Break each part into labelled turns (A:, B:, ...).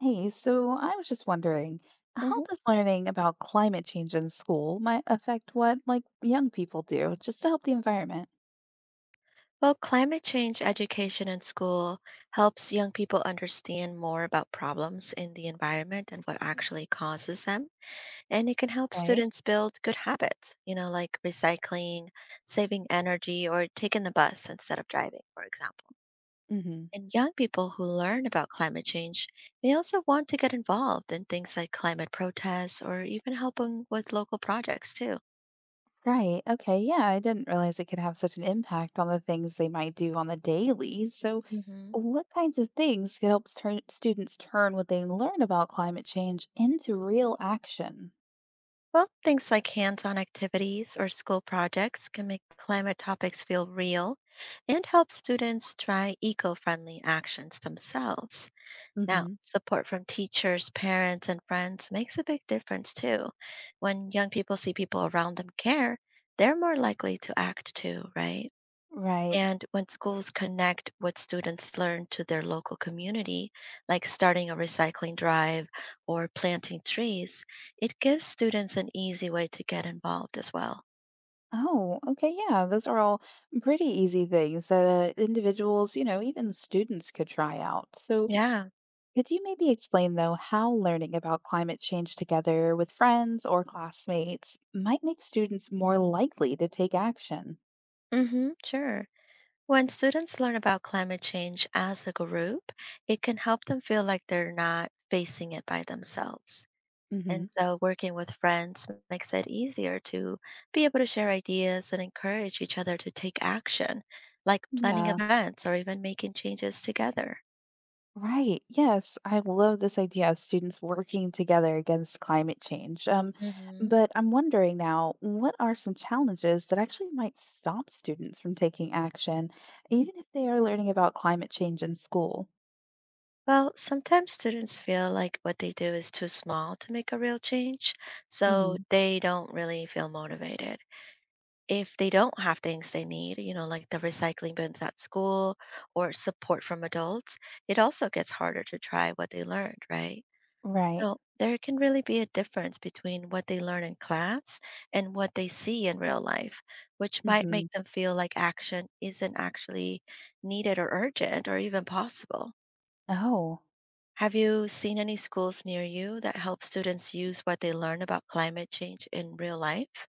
A: Hey, so I was just wondering, how
B: Mhm.
A: does learning about climate change in school might affect what like young people do just to help the environment?
B: Well, climate change education in school helps young people understand more about problems in the environment and what actually causes them. And it can help
A: Okay.
B: students build good habits, like recycling, saving energy, or taking the bus instead of driving, for example.
A: Hmm.
B: And young people who learn about climate change may also want to get involved in things like climate protests or even helping with local projects, too.
A: Right. Okay. Yeah, I didn't realize it could have such an impact on the things they might do on the daily. So,
B: Mhm.
A: what kinds of things could help turn students turn what they learn about climate change into real action?
B: Well, things like hands on activities or school projects can make climate topics feel real and help students try eco friendly actions themselves. Now,
A: Hmm.
B: support from teachers, parents, and friends makes a big difference too. When young people see people around them care, they're more likely to act too, right?
A: Right.
B: And when schools connect what students learn to their local community, like starting a recycling drive or planting trees, it gives students an easy way to get involved as well.
A: Oh, okay. Yeah, those are all pretty easy things that individuals, you know, even students could try out. So,
B: Yeah,
A: could you maybe explain, though, how learning about climate change together with friends or classmates might make students more likely to take action?
B: mm hmm sure. When students learn about climate change as a group, it can help them feel like they're not facing it by themselves. And
A: Hmm.
B: so working with friends makes it easier to be able to share ideas and encourage each other to take action, like planning
A: Yeah.
B: events or even making changes together.
A: Right. Yes, I love this idea of students working together against climate change. Um,
B: Hmm
A: but I'm wondering now, what are some challenges that actually might stop students from taking action, even if they are learning about climate change in school?
B: Well, sometimes students feel like what they do is too small to make a real change, so
A: Hmm.
B: they don't really feel motivated. If they don't have things they need, like the recycling bins at school or support from adults, it also gets harder to try what they learned, right?
A: Right.
B: So there can really be a difference between what they learn in class and what they see in real life, which might
A: Hmm.
B: make them feel like action isn't actually needed or urgent or even possible.
A: Oh.
B: Have you seen any schools near you that help students use what they learn about climate change in real life?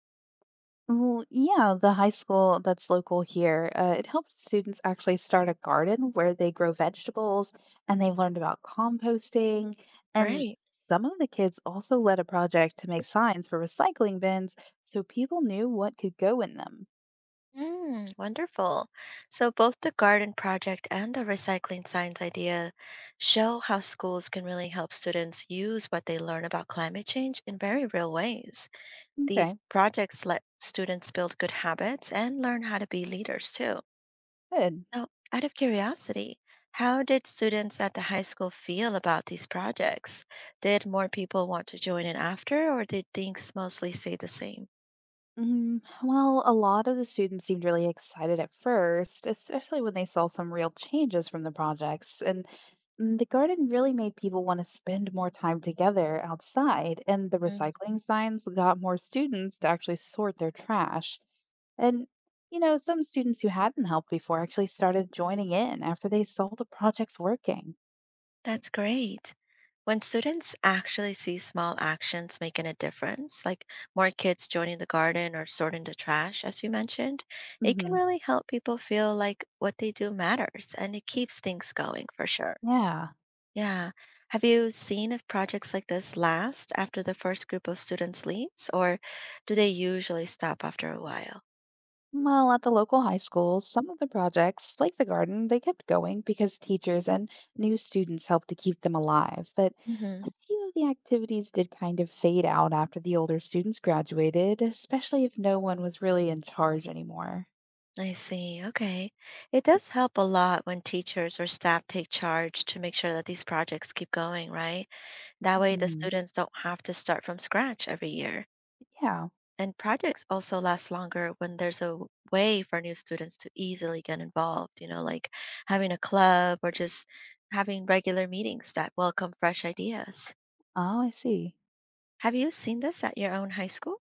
A: Well, yeah, the high school that's local here, it helped students actually start a garden where they grow vegetables and they've learned about composting. And
B: Great.
A: some of the kids also led a project to make signs for recycling bins so people knew what could go in them.
B: Mm, wonderful. So, both the garden project and the recycling science idea show how schools can really help students use what they learn about climate change in very real ways. These
A: Okay,
B: projects let students build good habits and learn how to be leaders too.
A: good.
B: Now, out of curiosity, how did students at the high school feel about these projects? Did more people want to join in after, or did things mostly stay the same?
A: Mm, well, a lot of the students seemed really excited at first, especially when they saw some real changes from the projects. And the garden really made people want to spend more time together outside, and the
B: Mm,
A: recycling signs got more students to actually sort their trash. And, you know, some students who hadn't helped before actually started joining in after they saw the projects working.
B: that's great. When students actually see small actions making a difference, like more kids joining the garden or sorting the trash, as you mentioned, it can
A: Hmm.
B: really help people feel like what they do matters and it keeps things going for sure.
A: Yeah.
B: Yeah. Have you seen if projects like this last after the first group of students leaves, or do they usually stop after a while?
A: Well, at the local high school, some of the projects, like the garden, they kept going because teachers and new students helped to keep them alive. But
B: Hmm.
A: a few of the activities did kind of fade out after the older students graduated, especially if no one was really in charge anymore.
B: I see. Okay. It does help a lot when teachers or staff take charge to make sure that these projects keep going, right? That way the
A: Hmm.
B: students don't have to start from scratch every year.
A: Yeah.
B: And projects also last longer when there's a way for new students to easily get involved, like having a club or just having regular meetings that welcome fresh ideas.
A: Oh, I see.
B: Have you seen this at your own high school?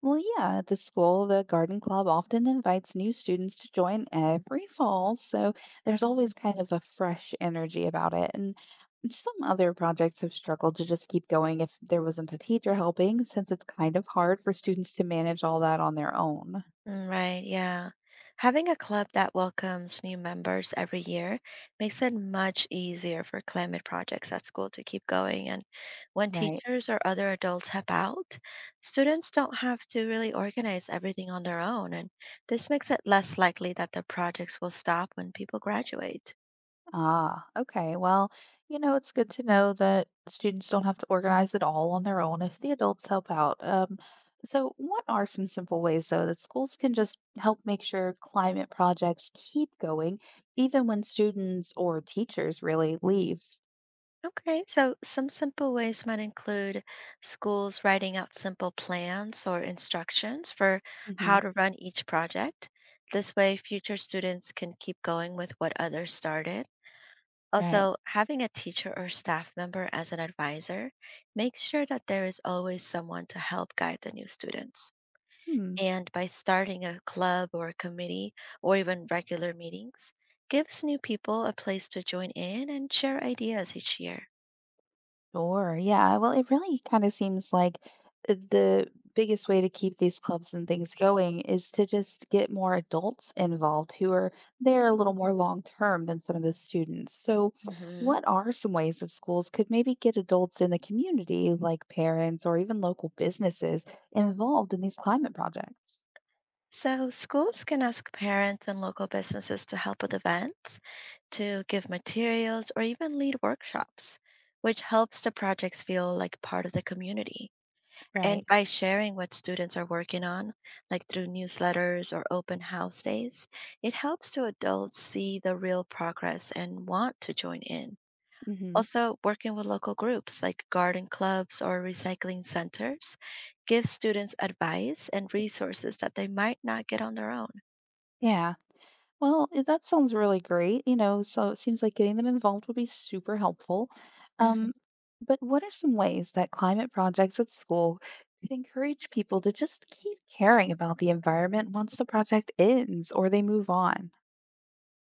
A: Well, yeah, at the school, the garden club often invites new students to join every fall, so there's always kind of a fresh energy about it. And some other projects have struggled to just keep going if there wasn't a teacher helping, since it's kind of hard for students to manage all that on their own.
B: Mm, right, yeah. Having a club that welcomes new members every year makes it much easier for climate projects at school to keep going. And when
A: Right.
B: teachers or other adults help out, students don't have to really organize everything on their own. And this makes it less likely that the projects will stop when people graduate.
A: Ah, okay. Well, you know, it's good to know that students don't have to organize it all on their own if the adults help out. So, what are some simple ways, though, that schools can just help make sure climate projects keep going, even when students or teachers really leave?
B: Okay, so some simple ways might include schools writing out simple plans or instructions for
A: Hmm.
B: how to run each project. This way, future students can keep going with what others started.
A: Right.
B: Also, having a teacher or staff member as an advisor makes sure that there is always someone to help guide the new students.
A: Hmm.
B: And by starting a club or a committee or even regular meetings, gives new people a place to join in and share ideas each year.
A: Sure. Yeah. Well, it really kind of seems like the biggest way to keep these clubs and things going is to just get more adults involved who are there a little more long term than some of the students. So,
B: Mhm.
A: what are some ways that schools could maybe get adults in the community, like parents or even local businesses, involved in these climate projects?
B: So, schools can ask parents and local businesses to help with events, to give materials, or even lead workshops, which helps the projects feel like part of the community.
A: Right.
B: And by sharing what students are working on, like through newsletters or open house days, it helps to adults see the real progress and want to join in.
A: Hmm.
B: Also, working with local groups like garden clubs or recycling centers gives students advice and resources that they might not get on their own.
A: Yeah. Well, eh, that sounds really great, you know, so it seems like getting them involved would be super helpful.
B: Mhm.
A: Um, but what are some ways that climate projects at school could encourage people to just keep caring about the environment once the project ends or they move on?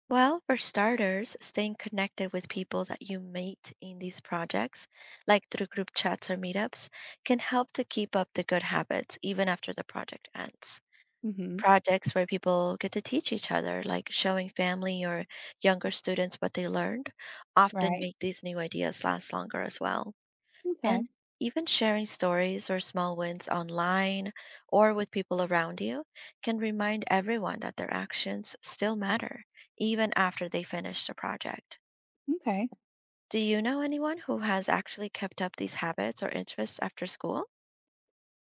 B: Well, for starters, staying connected with people that you meet in these projects, like through group chats or meetups, can help to keep up the good habits even after the project ends.
A: Hmm.
B: Projects where people get to teach each other, like showing family or younger students what they learned, often
A: Right.
B: make these new ideas last longer as well. And
A: Okay.
B: even sharing stories or small wins online or with people around you can remind everyone that their actions still matter, even after they finish the project.
A: Okay.
B: Do you know anyone who has actually kept up these habits or interests after school?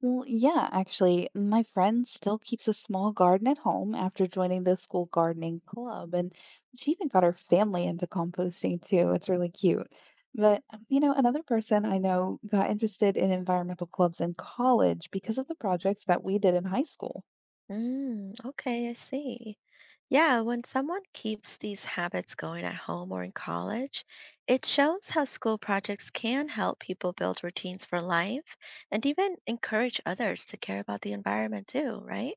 A: Well, yeah, actually, my friend still keeps a small garden at home after joining the school gardening club, and she even got her family into composting too. It's really cute. But, you know, another person I know got interested in environmental clubs in college because of the projects that we did in high school.
B: Mm, okay, I see. Yeah, when someone keeps these habits going at home or in college, it shows how school projects can help people build routines for life and even encourage others to care about the environment too, right?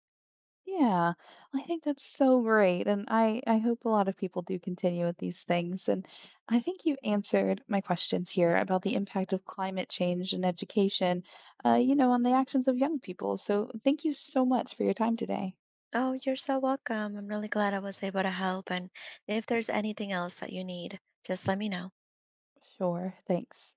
A: Yeah, I think that's so great. And I hope a lot of people do continue with these things. And I think you answered my questions here about the impact of climate change and education, you know, on the actions of young people. So thank you so much for your time today.
B: Oh, you're so welcome. I'm really glad I was able to help. And if there's anything else that you need, just let me know.
A: Sure. Thanks.